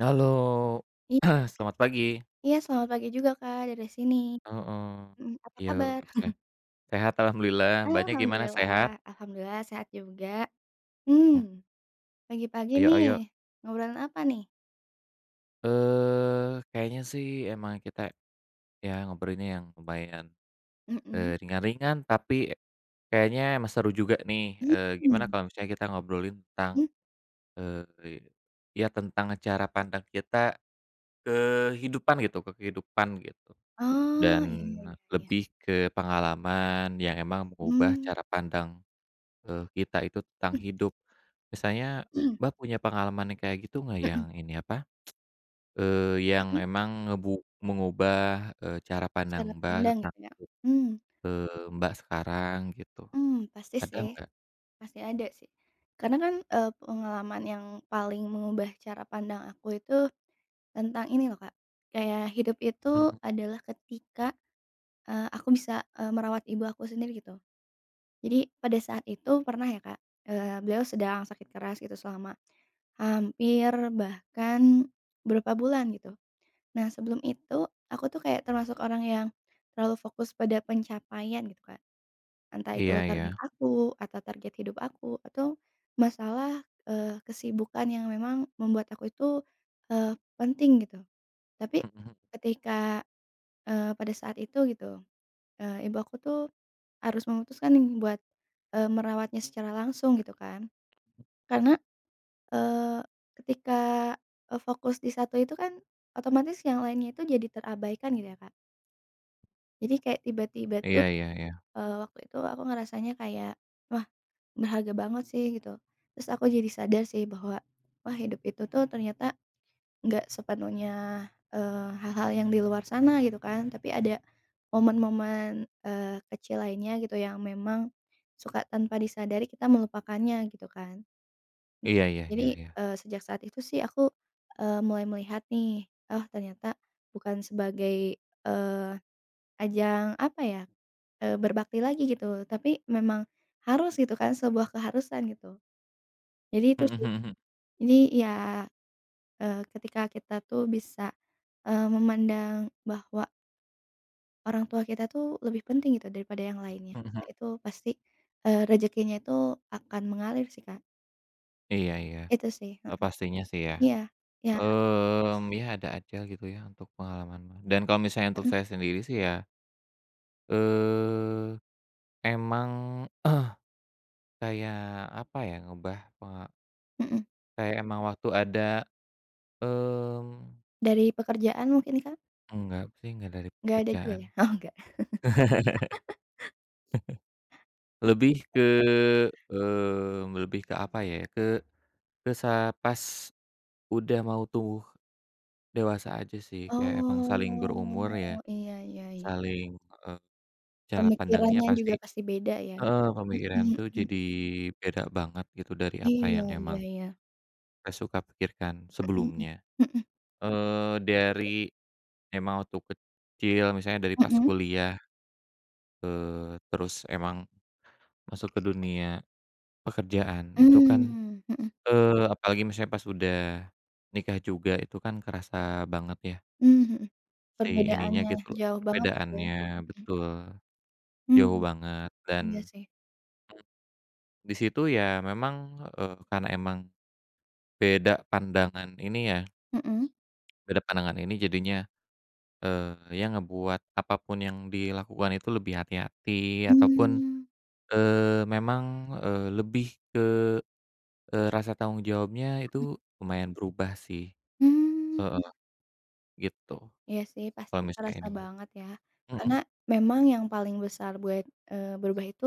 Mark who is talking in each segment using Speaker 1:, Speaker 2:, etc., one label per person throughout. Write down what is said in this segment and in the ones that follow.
Speaker 1: Halo,
Speaker 2: I
Speaker 1: selamat pagi.
Speaker 2: iya, selamat pagi juga, Kak, dari sini.
Speaker 1: Heeh,
Speaker 2: Mhm, Apa
Speaker 1: iya,
Speaker 2: kabar?
Speaker 1: se sehat alhamdulillah. Banyak, gimana, sehat?
Speaker 2: Alhamdulillah, alhamdulillah sehat juga.
Speaker 1: Mmm,
Speaker 2: mmm, Pagi-pagi
Speaker 1: ayo ayo.
Speaker 2: nih ngobrolin apa nih?
Speaker 1: Eh, kayaknya sih emang kita ya ngobrolinnya yang lumayan,
Speaker 2: Mhm.
Speaker 1: ringan-ringan, tapi kayaknya emang seru juga nih. Eee, gimana
Speaker 2: Mmm.
Speaker 1: kalau misalnya kita ngobrolin tentang,
Speaker 2: Mhm.
Speaker 1: eee, ya tentang cara pandang kita ke kehidupan gitu,
Speaker 2: Oh,
Speaker 1: dan
Speaker 2: iya iya iya.
Speaker 1: lebih ke pengalaman yang emang mengubah
Speaker 2: Mmm.
Speaker 1: cara pandang Ke kita itu tentang
Speaker 2: Mhm
Speaker 1: hidup. Misalnya
Speaker 2: mhm
Speaker 1: Mbak punya pengalaman yang kayak gitu nggak, yang
Speaker 2: mhm.
Speaker 1: ini apa, yang
Speaker 2: Mhm.
Speaker 1: emang mengubah, cara pandang
Speaker 2: Cara
Speaker 1: Mbak
Speaker 2: pandang
Speaker 1: tentang
Speaker 2: gitu ya. Mmm.
Speaker 1: Mbak sekarang gitu,
Speaker 2: Mmm. Pasti
Speaker 1: ada
Speaker 2: sih.
Speaker 1: nggak?
Speaker 2: Pasti ada sih, karena kan, pengalaman yang paling mengubah cara pandang aku itu tentang ini loh, Kak, kayak hidup itu
Speaker 1: Mhm.
Speaker 2: adalah ketika aku bisa, merawat ibu aku sendiri gitu. Jadi pada saat itu pernah ya, Kak, beliau sedang sakit keras gitu selama hampir bahkan beberapa bulan gitu. Nah sebelum itu aku tuh kayak termasuk orang yang terlalu fokus pada pencapaian gitu, Kak, entah itu
Speaker 1: Iya iya.
Speaker 2: target aku atau target hidup aku atau masalah, kesibukan yang memang membuat aku itu, eee, penting gitu. Tapi
Speaker 1: Mhm mhm.
Speaker 2: ketika, pada saat itu gitu ibu aku tuh harus memutuskan nih buat, merawatnya secara langsung gitu kan. Karena, eee, ketika, fokus di satu itu kan otomatis yang lainnya itu jadi terabaikan gitu ya, Kak. Jadi kayak tiba-tiba
Speaker 1: Iya
Speaker 2: tuh,
Speaker 1: iya iya.
Speaker 2: waktu itu aku ngerasanya kayak, "Wah berharga banget sih," gitu. Terus aku jadi sadar sih bahwa, wah, hidup itu tuh ternyata nggak sepenuhnya, hal-hal yang di luar sana gitu kan, tapi ada momen-momen, kecil lainnya gitu yang memang suka tanpa disadari kita melupakannya gitu kan.
Speaker 1: Iya iya iya
Speaker 2: Jadi,
Speaker 1: iya.
Speaker 2: sejak saat itu sih aku, mulai melihat nih, oh ternyata bukan sebagai, eee, ajang apa ya, berbakti lagi gitu, tapi memang harus gitu kan, sebuah keharusan gitu. Jadi itu
Speaker 1: Mhm
Speaker 2: sih.
Speaker 1: mhm mhm.
Speaker 2: Jadi ya ketika kita tuh bisa, memandang bahwa orang tua kita tuh lebih penting gitu daripada yang lainnya.
Speaker 1: Mhm mhm.
Speaker 2: Wah itu pasti, rezekinya itu akan mengalir sih, Kak.
Speaker 1: Iya iya.
Speaker 2: Itu sih,
Speaker 1: eee,
Speaker 2: heeh.
Speaker 1: pastinya sih ya.
Speaker 2: Iya, iya.
Speaker 1: Ya ada aja gitu ya untuk pengalaman Mbak, dan kalau misalnya untuk
Speaker 2: Mhm
Speaker 1: saya sendiri sih ya, eee, emang kayak apa ya, ngubah penga
Speaker 2: mhm.
Speaker 1: kayak emang waktu ada, mmm,
Speaker 2: Dari pekerjaan mungkin, Kak?
Speaker 1: enggak sih, enggak dari
Speaker 2: Nggak ada juga
Speaker 1: pekerjaan.
Speaker 2: ya? Oh enggak.
Speaker 1: Lebih ke, lebih ke apa ya, ke sa pas udah mau tumbuh dewasa aja sih, kayak emang saling berumur ya.
Speaker 2: Oh, iya iya iya.
Speaker 1: Saling, eee, cara pandangnya
Speaker 2: Pemikirannya
Speaker 1: pasti,
Speaker 2: juga pasti beda ya?
Speaker 1: heeh, pemikiran
Speaker 2: Mhm
Speaker 1: tuh
Speaker 2: mhm.
Speaker 1: jadi beda banget gitu dari apa
Speaker 2: Iya
Speaker 1: yang
Speaker 2: iya
Speaker 1: emang
Speaker 2: iya.
Speaker 1: kita suka pikirkan
Speaker 2: Mhm mhm.
Speaker 1: sebelumnya.
Speaker 2: Mhm.
Speaker 1: Eee,
Speaker 2: Pasti sih.
Speaker 1: dari Emang waktu kecil misalnya dari pas
Speaker 2: Mhm.
Speaker 1: kuliah, terus emang masuk ke dunia pekerjaan itu kan.
Speaker 2: Mmm, mhm.
Speaker 1: Apalagi misalnya pas udah nikah juga itu kan kerasa banget ya,
Speaker 2: Mmm, mhm.
Speaker 1: si ininya
Speaker 2: Perbedaannya
Speaker 1: gitu loh,
Speaker 2: jauh banget gitu ya?
Speaker 1: perbedaannya betul,
Speaker 2: Mhm mhm.
Speaker 1: jauh banget.
Speaker 2: Mmm, iya
Speaker 1: Dan
Speaker 2: sih.
Speaker 1: di situ ya memang, karena emang beda pandangan ini ya,
Speaker 2: Mhm.
Speaker 1: beda pandangan ini jadinya, ya ngebuat apa pun yang dilakukan itu lebih hati-hati, ataupun
Speaker 2: Mmm,
Speaker 1: Memang, lebih ke, rasa tanggung jawabnya itu
Speaker 2: mhm.
Speaker 1: lumayan berubah sih,
Speaker 2: Mmm,
Speaker 1: heeh, gitu,
Speaker 2: iya sih
Speaker 1: kalau
Speaker 2: pasti
Speaker 1: misalnya
Speaker 2: kerasa
Speaker 1: ini mah.
Speaker 2: banget ya.
Speaker 1: Mhm
Speaker 2: Karena memang yang paling besar buat, berubah itu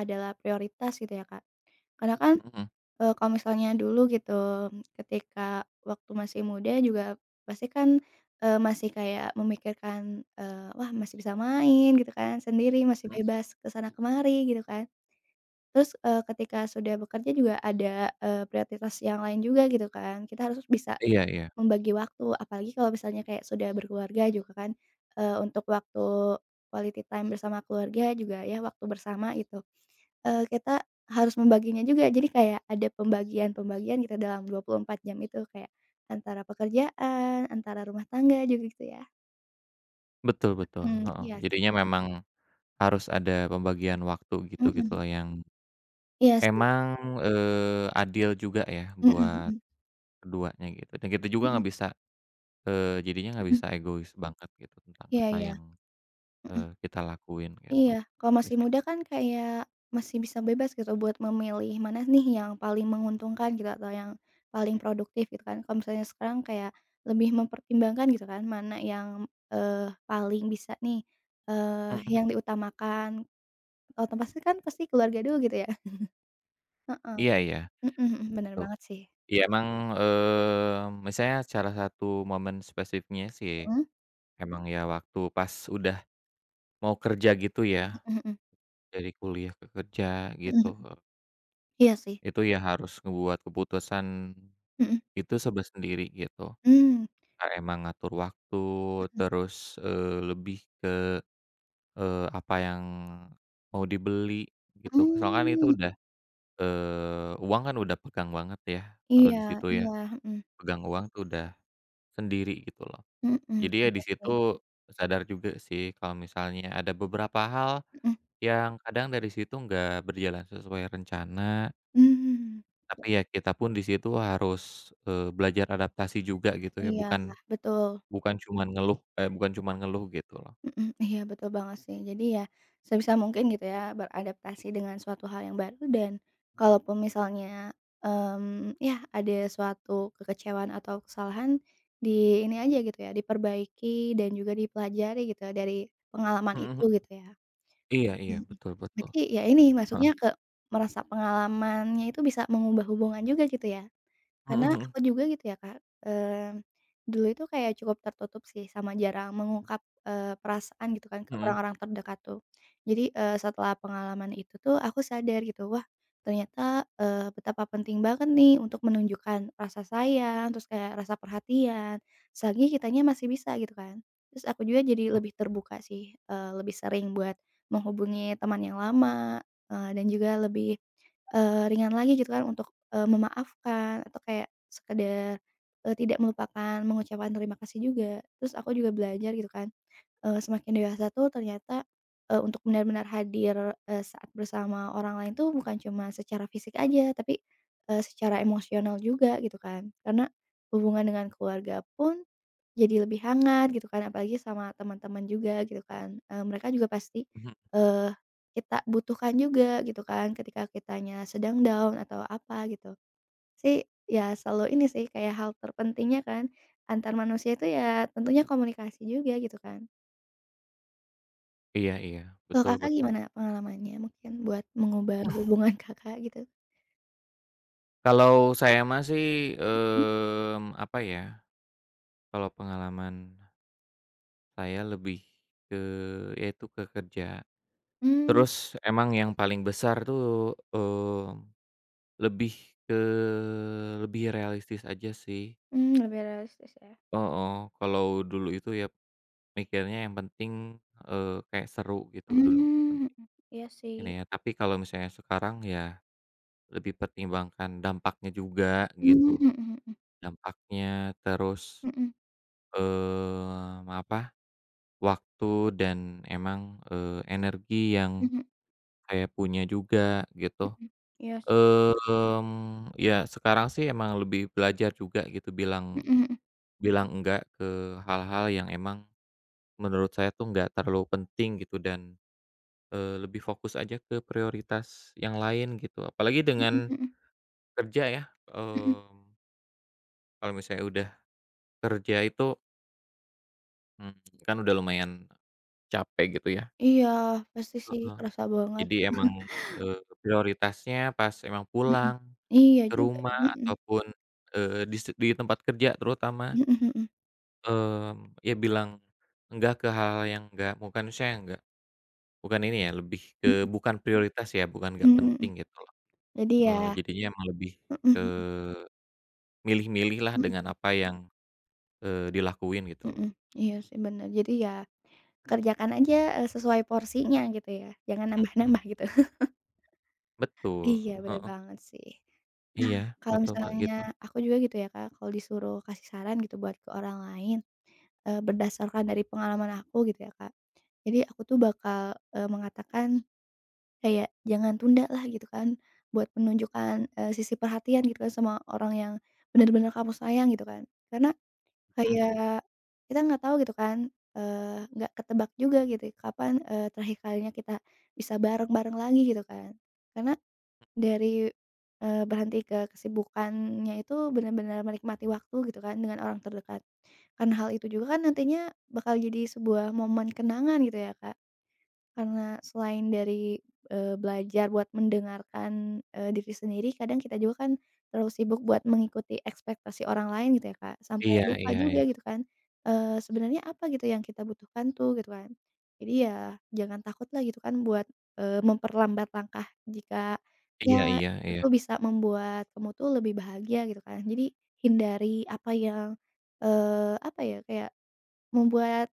Speaker 2: adalah prioritas gitu ya, Kak. Karena kan,
Speaker 1: mhm
Speaker 2: kalau misalnya dulu gitu ketika waktu masih muda juga pasti kan, masih kayak memikirkan, "Wah masih bisa main," gitu kan, "sendiri, masih
Speaker 1: mhm.
Speaker 2: bebas ke sana kemari," gitu kan. Terus, ketika sudah bekerja juga ada, prioritas yang lain juga gitu kan. Kita harus bisa
Speaker 1: Iya iya,
Speaker 2: membagi waktu, apalagi kalau misalnya kayak sudah berkeluarga juga kan, untuk waktu quality time bersama keluarga juga ya, waktu bersama gitu, kita harus membaginya juga. Jadi kayak ada pembagian-pembagian gitu dalam 24 jam itu, kayak antara pekerjaan, antara rumah tangga juga gitu ya.
Speaker 1: betul betul,
Speaker 2: Mmm,
Speaker 1: heeh.
Speaker 2: iya.
Speaker 1: Jadinya memang harus ada pembagian waktu gitu gitu
Speaker 2: Mhm,
Speaker 1: loh yang
Speaker 2: iya sih.
Speaker 1: emang, adil juga ya
Speaker 2: Mhm mhm
Speaker 1: buat
Speaker 2: mhm
Speaker 1: keduanya gitu. Dan kita juga
Speaker 2: mhm
Speaker 1: nggak bisa, jadinya nggak
Speaker 2: mhm.
Speaker 1: bisa egois banget gitu tentang
Speaker 2: Iya
Speaker 1: apa
Speaker 2: iya.
Speaker 1: yang,
Speaker 2: Mhm.
Speaker 1: kita lakuin gitu.
Speaker 2: Iya, kalau
Speaker 1: Di
Speaker 2: masih
Speaker 1: sini.
Speaker 2: muda kan kayak masih bisa bebas gitu buat memilih mana nih yang paling menguntungkan gitu atau yang paling produktif gitu kan. Kalau misalnya sekarang kayak lebih mempertimbangkan gitu kan mana yang, paling bisa nih,
Speaker 1: Mhm mhm.
Speaker 2: yang diutamakan. Kalau tempat sih kan pasti keluarga dulu gitu ya. Heeh.
Speaker 1: Iya iya,
Speaker 2: Mhm mhm, bener
Speaker 1: gitu.
Speaker 2: banget sih.
Speaker 1: Iya emang, misalnya salah satu momen spesifiknya sih
Speaker 2: Mhm.
Speaker 1: emang ya waktu pas udah mau kerja gitu ya,
Speaker 2: Mhm mhm.
Speaker 1: dari kuliah ke kerja
Speaker 2: Mhm
Speaker 1: gitu.
Speaker 2: mhm. Iya sih.
Speaker 1: Itu ya harus ngebuat keputusan
Speaker 2: Mhm.
Speaker 1: itu serba sendiri gitu.
Speaker 2: Mmm.
Speaker 1: Kayak emang ngatur waktu,
Speaker 2: Mhm.
Speaker 1: terus, lebih ke, apa yang mau dibeli gitu. Soalnya kan
Speaker 2: Mmm.
Speaker 1: itu
Speaker 2: Mhm.
Speaker 1: udah, uang kan udah pegang banget ya, kalau di
Speaker 2: Iya
Speaker 1: situ ya,
Speaker 2: iya. Mhm.
Speaker 1: pegang uang tuh udah sendiri gitu loh.
Speaker 2: Mhm.
Speaker 1: Jadi ya di
Speaker 2: Iya
Speaker 1: situ
Speaker 2: sih.
Speaker 1: sadar juga sih kalau misalnya ada beberapa hal
Speaker 2: Mhm.
Speaker 1: yang kadang dari situ nggak berjalan sesuai rencana,
Speaker 2: Mmm.
Speaker 1: tapi ya kita pun di situ harus, belajar adaptasi juga gitu ya,
Speaker 2: Iya,
Speaker 1: bukan
Speaker 2: betul.
Speaker 1: bukan cuman ngeluh eh, bukan cuman ngeluh gitu loh.
Speaker 2: Mhm, iya betul banget sih. Jadi ya sebisa mungkin gitu ya beradaptasi dengan suatu hal yang baru dan kalaupun misalnya, ya ada suatu kekecewaan atau kesalahan di ini aja gitu ya, diperbaiki dan juga dipelajari gitu ya dari pengalaman
Speaker 1: Mhm
Speaker 2: itu
Speaker 1: mhm.
Speaker 2: gitu ya.
Speaker 1: Iya iya,
Speaker 2: Mhm,
Speaker 1: betul betul,
Speaker 2: berarti ya ini
Speaker 1: heeh.
Speaker 2: masuknya ke merasa pengalamannya itu bisa mengubah hubungan juga gitu ya?
Speaker 1: Mhm
Speaker 2: Karena
Speaker 1: mhm.
Speaker 2: aku juga gitu ya, Kak, dulu itu kayak cukup tertutup sih sama jarang mengungkap, perasaan gitu kan ke
Speaker 1: Mhm.
Speaker 2: orang-orang terdekat tuh. Jadi, setelah pengalaman itu tuh aku sadar gitu, wah ternyata, betapa penting banget nih untuk menunjukkan rasa sayang, terus kayak rasa perhatian, selagi kitanya masih bisa gitu kan. Terus aku juga jadi
Speaker 1: Mhm.
Speaker 2: lebih terbuka sih, lebih sering buat menghubungi teman yang lama, dan juga lebih, ringan lagi gitu kan untuk memaafkan atau kayak sekedar, tidak melupakan mengucapkan terima kasih juga. Terus aku juga belajar gitu kan, semakin dewasa tuh ternyata, untuk benar-benar hadir, saat bersama orang lain tuh bukan cuma secara fisik aja tapi, secara emosional juga gitu kan. Karena hubungan dengan keluarga pun jadi lebih hangat gitu kan apalagi sama teman-teman juga gitu kan, mereka juga pasti,
Speaker 1: Mhm.
Speaker 2: eee, kita butuhkan juga gitu kan ketika kitanya sedang down atau apa gitu. Sih, ya selalu ini sih, kayak hal terpentingnya kan, antar manusia itu ya tentunya komunikasi juga gitu kan.
Speaker 1: Iya iya,
Speaker 2: Kalau
Speaker 1: betul
Speaker 2: Kakak
Speaker 1: betul.
Speaker 2: gimana pengalamannya mungkin buat mengubah hubungan Kakak gitu?
Speaker 1: Kalau saya mah sih,
Speaker 2: Mhm.
Speaker 1: apa ya, kalau pengalaman saya lebih ke ya itu ke kerja.
Speaker 2: Mmm.
Speaker 1: Terus emang yang paling besar tuh, lebih ke realistis aja sih.
Speaker 2: Mmm, lebih realistis ya.
Speaker 1: Heeh, kalau dulu itu ya mikirnya yang penting, kayak seru gitu dulu
Speaker 2: Mmm, mhm.
Speaker 1: penting
Speaker 2: Iya sih.
Speaker 1: ini ya, tapi kalau misalnya sekarang ya lebih pertimbangkan dampaknya juga gitu,
Speaker 2: Mmm, mhm
Speaker 1: dampaknya. Terus,
Speaker 2: mhm, mhm
Speaker 1: apa, waktu dan emang, energi yang
Speaker 2: mhm,
Speaker 1: saya punya juga gitu.
Speaker 2: mhm. Iya sih.
Speaker 1: Ya sekarang sih emang lebih belajar juga gitu, bilang
Speaker 2: Mhm mhm,
Speaker 1: bilang enggak ke hal-hal yang emang menurut saya tuh nggak terlalu penting gitu, dan lebih fokus aja ke prioritas yang lain gitu apalagi
Speaker 2: mhm
Speaker 1: dengan
Speaker 2: mhm
Speaker 1: kerja ya.
Speaker 2: mhm.
Speaker 1: mmm, Kalau misalnya udah kerja itu, kan udah lumayan capek gitu ya,
Speaker 2: Iya, pasti sih
Speaker 1: heeh.
Speaker 2: kerasa banget.
Speaker 1: Jadi emang, prioritasnya pas emang
Speaker 2: Mhm.
Speaker 1: pulang
Speaker 2: Iya
Speaker 1: ke
Speaker 2: juga,
Speaker 1: rumah
Speaker 2: mhm.
Speaker 1: ataupun, di tempat kerja terutama.
Speaker 2: Mhm mhm mhm.
Speaker 1: Ya bilang enggak ke hal-hal yang enggak, bukan saya enggak, bukan ini ya, lebih ke
Speaker 2: Mhm
Speaker 1: bukan, prioritas ya, bukan enggak
Speaker 2: mhm mhm.
Speaker 1: penting gitu loh.
Speaker 2: Jadi ya
Speaker 1: Jadinya emang lebih ke
Speaker 2: mhm mhm
Speaker 1: milih-milih lah dengan
Speaker 2: mhm.
Speaker 1: apa yang, dilakuin gitu loh.
Speaker 2: Mhm, iya sih bener. Jadi ya kerjakan aja, sesuai porsinya gitu ya, jangan
Speaker 1: Mhm mhm,
Speaker 2: nambah-nambah gitu.
Speaker 1: betul,
Speaker 2: Iya bener
Speaker 1: heeh.
Speaker 2: banget sih. Nah
Speaker 1: Iya,
Speaker 2: kalau
Speaker 1: betul, Mbak, gitu.
Speaker 2: misalnya aku juga gitu ya, Kak, kalau disuruh kasih saran gitu buat ke orang lain, berdasarkan dari pengalaman aku gitu ya, Kak, jadi aku tuh bakal, mengatakan kayak jangan tunda lah gitu kan, buat menunjukkan, sisi perhatian gitu kan sama orang yang bener-bener kamu sayang gitu kan. Karena
Speaker 1: Mhm mhm.
Speaker 2: kayak kita nggak tahu gitu kan, nggak ketebak juga gitu kapan, terakhir kalinya kita bisa bareng-bareng lagi gitu kan. Karena dari, berhenti ke kesibukannya itu benar-benar menikmati waktu gitu kan dengan orang terdekat. Karena hal itu juga kan nantinya bakal jadi sebuah momen kenangan gitu ya, Kak. Karena selain dari, belajar buat mendengarkan, diri sendiri kadang kita juga kan terlalu sibuk buat mengikuti ekspektasi orang lain gitu ya, Kak, sampai
Speaker 1: Iya
Speaker 2: lupa
Speaker 1: iya iya.
Speaker 2: juga gitu kan, sebenarnya apa gitu yang kita butuhkan tuh gitu kan. Jadi ya jangan takut lah gitu kan buat, memperlambat langkah jika ya
Speaker 1: Iya iya
Speaker 2: itu
Speaker 1: iya.
Speaker 2: tuh bisa membuat kamu tuh lebih bahagia gitu kan. Jadi hindari apa yang, apa ya, kayak membuat,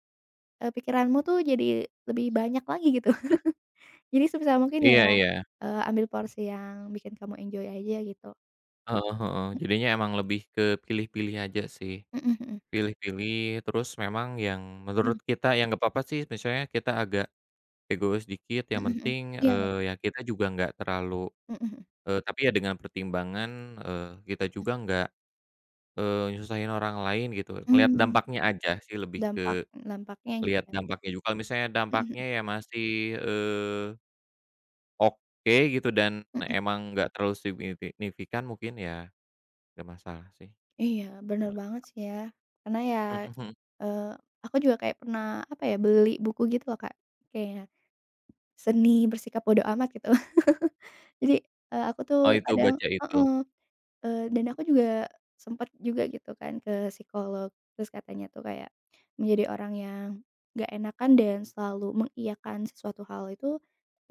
Speaker 2: pikiranmu tuh jadi lebih banyak lagi gitu.
Speaker 1: Mhm.
Speaker 2: Jadi sebisa mungkin ya,
Speaker 1: Iya iya.
Speaker 2: ambil porsi yang bikin kamu enjoy aja gitu.
Speaker 1: Heeh heeh. Jadinya emang lebih ke pilih-pilih aja sih,
Speaker 2: Mhm mhm.
Speaker 1: pilih-pilih terus, memang yang
Speaker 2: Mmm.
Speaker 1: menurut kita yang nggak apa-apa sih misalnya kita agak egois dikit yang
Speaker 2: Mhm mhm.
Speaker 1: penting,
Speaker 2: Iya iya.
Speaker 1: ya kita juga nggak terlalu,
Speaker 2: Mhm
Speaker 1: tapi ya dengan pertimbangan, kita
Speaker 2: mhm.
Speaker 1: juga nggak, nyusahin orang lain gitu, ngelihat
Speaker 2: Mmm,
Speaker 1: dampaknya aja sih, lebih
Speaker 2: dampak
Speaker 1: ke
Speaker 2: dampaknya gitu
Speaker 1: lihat
Speaker 2: ya.
Speaker 1: dampaknya juga. Kalau misalnya
Speaker 2: Mhm
Speaker 1: dampaknya
Speaker 2: mhm.
Speaker 1: ya masih, eee, oke gitu dan
Speaker 2: Mhm.
Speaker 1: emang nggak terlalu signifikan, mungkin ya nggak masalah sih.
Speaker 2: Iya, bener banget sih ya. Karena ya,
Speaker 1: Mhm mhm.
Speaker 2: eee, aku juga kayak pernah, apa ya, beli buku gitu loh, Kak, kayak Seni Bersikap Bodo Amat gitu. Jadi, aku tuh
Speaker 1: Oh itu
Speaker 2: kadang
Speaker 1: baca itu.
Speaker 2: heeh. Dan aku juga sempet juga gitu kan ke psikolog, terus katanya tuh kayak menjadi orang yang nggak enakan dan selalu mengiyakan sesuatu hal itu,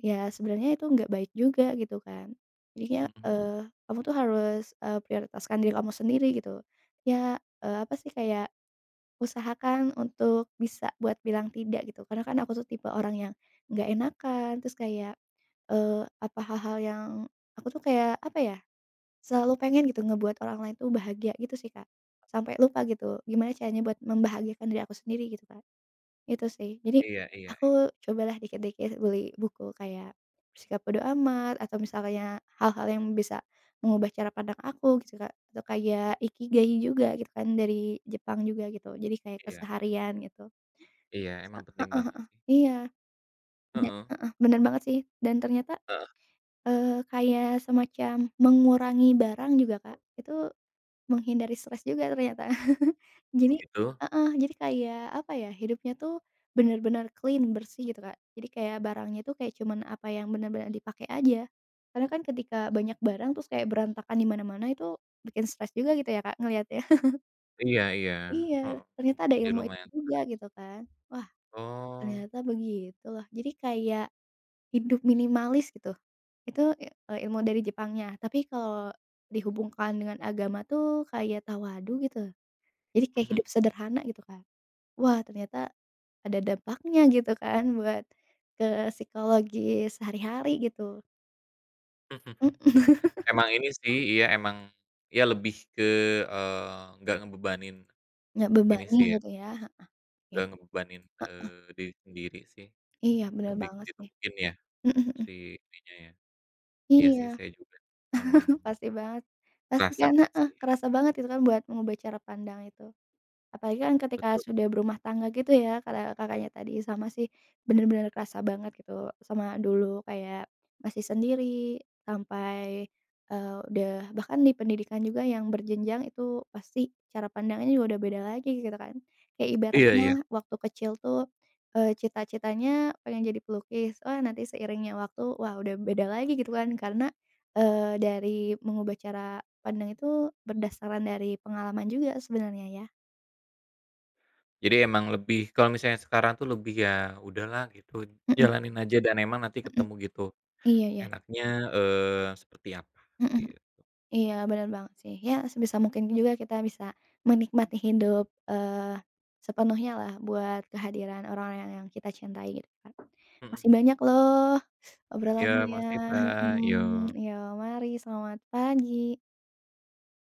Speaker 2: ya sebenarnya itu nggak baik juga gitu kan. Jadinya,
Speaker 1: Mhm mhm.
Speaker 2: kamu tuh harus, prioritaskan diri kamu sendiri gitu. Ya, apa sih, kayak usahakan untuk bisa buat bilang tidak gitu, karena kan aku tuh tipe orang yang nggak enakan, terus kayak, apa hal-hal yang aku tuh kayak apa ya, selalu pengen gitu ngebuat orang lain tuh bahagia gitu sih, Kak. Sampai lupa gitu gimana caranya buat membahagiakan diri aku sendiri gitu, Kak. Itu sih. Jadi
Speaker 1: Iya iya
Speaker 2: aku cobalah dikit-dikit beli buku kayak Bersikap Bodo Amat atau misalnya hal-hal yang bisa mengubah cara pandang aku gitu, Kak. Atau kayak Ikigai juga gitu kan dari Jepang juga gitu. Jadi kayak
Speaker 1: iya.
Speaker 2: keseharian gitu. E
Speaker 1: Iya emang penting
Speaker 2: heeh
Speaker 1: banget
Speaker 2: heeh.
Speaker 1: sih.
Speaker 2: Iya. Iya,
Speaker 1: Heeh.
Speaker 2: heeh, bener banget sih dan ternyata,
Speaker 1: Heeh,
Speaker 2: kayak semacam mengurangi barang juga, Kak, itu menghindari stres juga ternyata.
Speaker 1: oh
Speaker 2: Jadi
Speaker 1: gitu?
Speaker 2: heeh, jadi kayak apa ya, hidupnya tuh bener-bener clean, bersih gitu, Kak. Jadi kayak barangnya tuh kayak cuman apa yang bener-bener dipakai aja. Karena kan ketika banyak barang terus kayak berantakan di mana-mana itu bikin stres juga gitu ya, Kak, ngelihatnya.
Speaker 1: Iya iya.
Speaker 2: Iya,
Speaker 1: Heeh.
Speaker 2: ternyata ada
Speaker 1: Jadi
Speaker 2: ilmu itu
Speaker 1: lumayan.
Speaker 2: juga gitu kan. Wah,
Speaker 1: Oh,
Speaker 2: ternyata begitu loh. Jadi kayak hidup minimalis gitu. Itu, ilmu dari Jepangnya. Tapi kalau dihubungkan dengan agama tuh kayak tawadu gitu. Jadi kayak
Speaker 1: mhm.
Speaker 2: hidup sederhana gitu kan. Wah, ternyata ada dampaknya gitu kan buat ke psikologi sehari-hari gitu. Mhm,
Speaker 1: Emang ini sih, iya emang ya lebih ke, nggak ngebebanin
Speaker 2: nggak
Speaker 1: ini
Speaker 2: bebani
Speaker 1: sih ya,
Speaker 2: gitu ya, heeh, he
Speaker 1: nggak ngebebanin, diri sendiri sih,
Speaker 2: iya bener
Speaker 1: lebih ke
Speaker 2: banget
Speaker 1: situ
Speaker 2: sih.
Speaker 1: mungkin ya,
Speaker 2: Mhm mhm.
Speaker 1: si ininya ya. Iya sih,
Speaker 2: Iya,
Speaker 1: saya juga emang
Speaker 2: pasti banget. Pasti
Speaker 1: kerasa
Speaker 2: kan heeh,
Speaker 1: sih,
Speaker 2: kerasa banget itu kan buat mengubah cara pandang itu. Apalagi kan ketika
Speaker 1: betul.
Speaker 2: sudah berumah tangga gitu ya, kata Kakaknya tadi, sama sih, bener-bener kerasa banget gitu, sama dulu kayak masih sendiri, sampai, udah bahkan di pendidikan juga yang berjenjang itu pasti cara pandangnya juga udah beda lagi gitu kan. Kayak
Speaker 1: Iya
Speaker 2: ibaratnya
Speaker 1: iya.
Speaker 2: waktu kecil tuh, cita-citanya pengen jadi pelukis, wah nanti seiringnya waktu, wah udah beda lagi gitu kan, karena, dari mengubah cara pandang itu berdasarkan dari pengalaman juga sebenarnya ya.
Speaker 1: Jadi emang lebih, kalau misalnya sekarang tuh lebih ya udahlah gitu,
Speaker 2: Mhm.
Speaker 1: jalanin aja dan emang nanti
Speaker 2: Mhm,
Speaker 1: ketemu gitu
Speaker 2: iya iya,
Speaker 1: enaknya, seperti apa,
Speaker 2: mhm,
Speaker 1: gitu.
Speaker 2: iya bener banget sih, ya sebisa mungkin juga kita bisa menikmati hidup, eee, sepenuhnya lah buat kehadiran orang-orang yang kita cintai gitu kan.
Speaker 1: Mhm.
Speaker 2: Masih banyak loh
Speaker 1: Iya,
Speaker 2: obrolannya,
Speaker 1: makasih Mbak, yo.
Speaker 2: mhm, iya mari selamat pagi.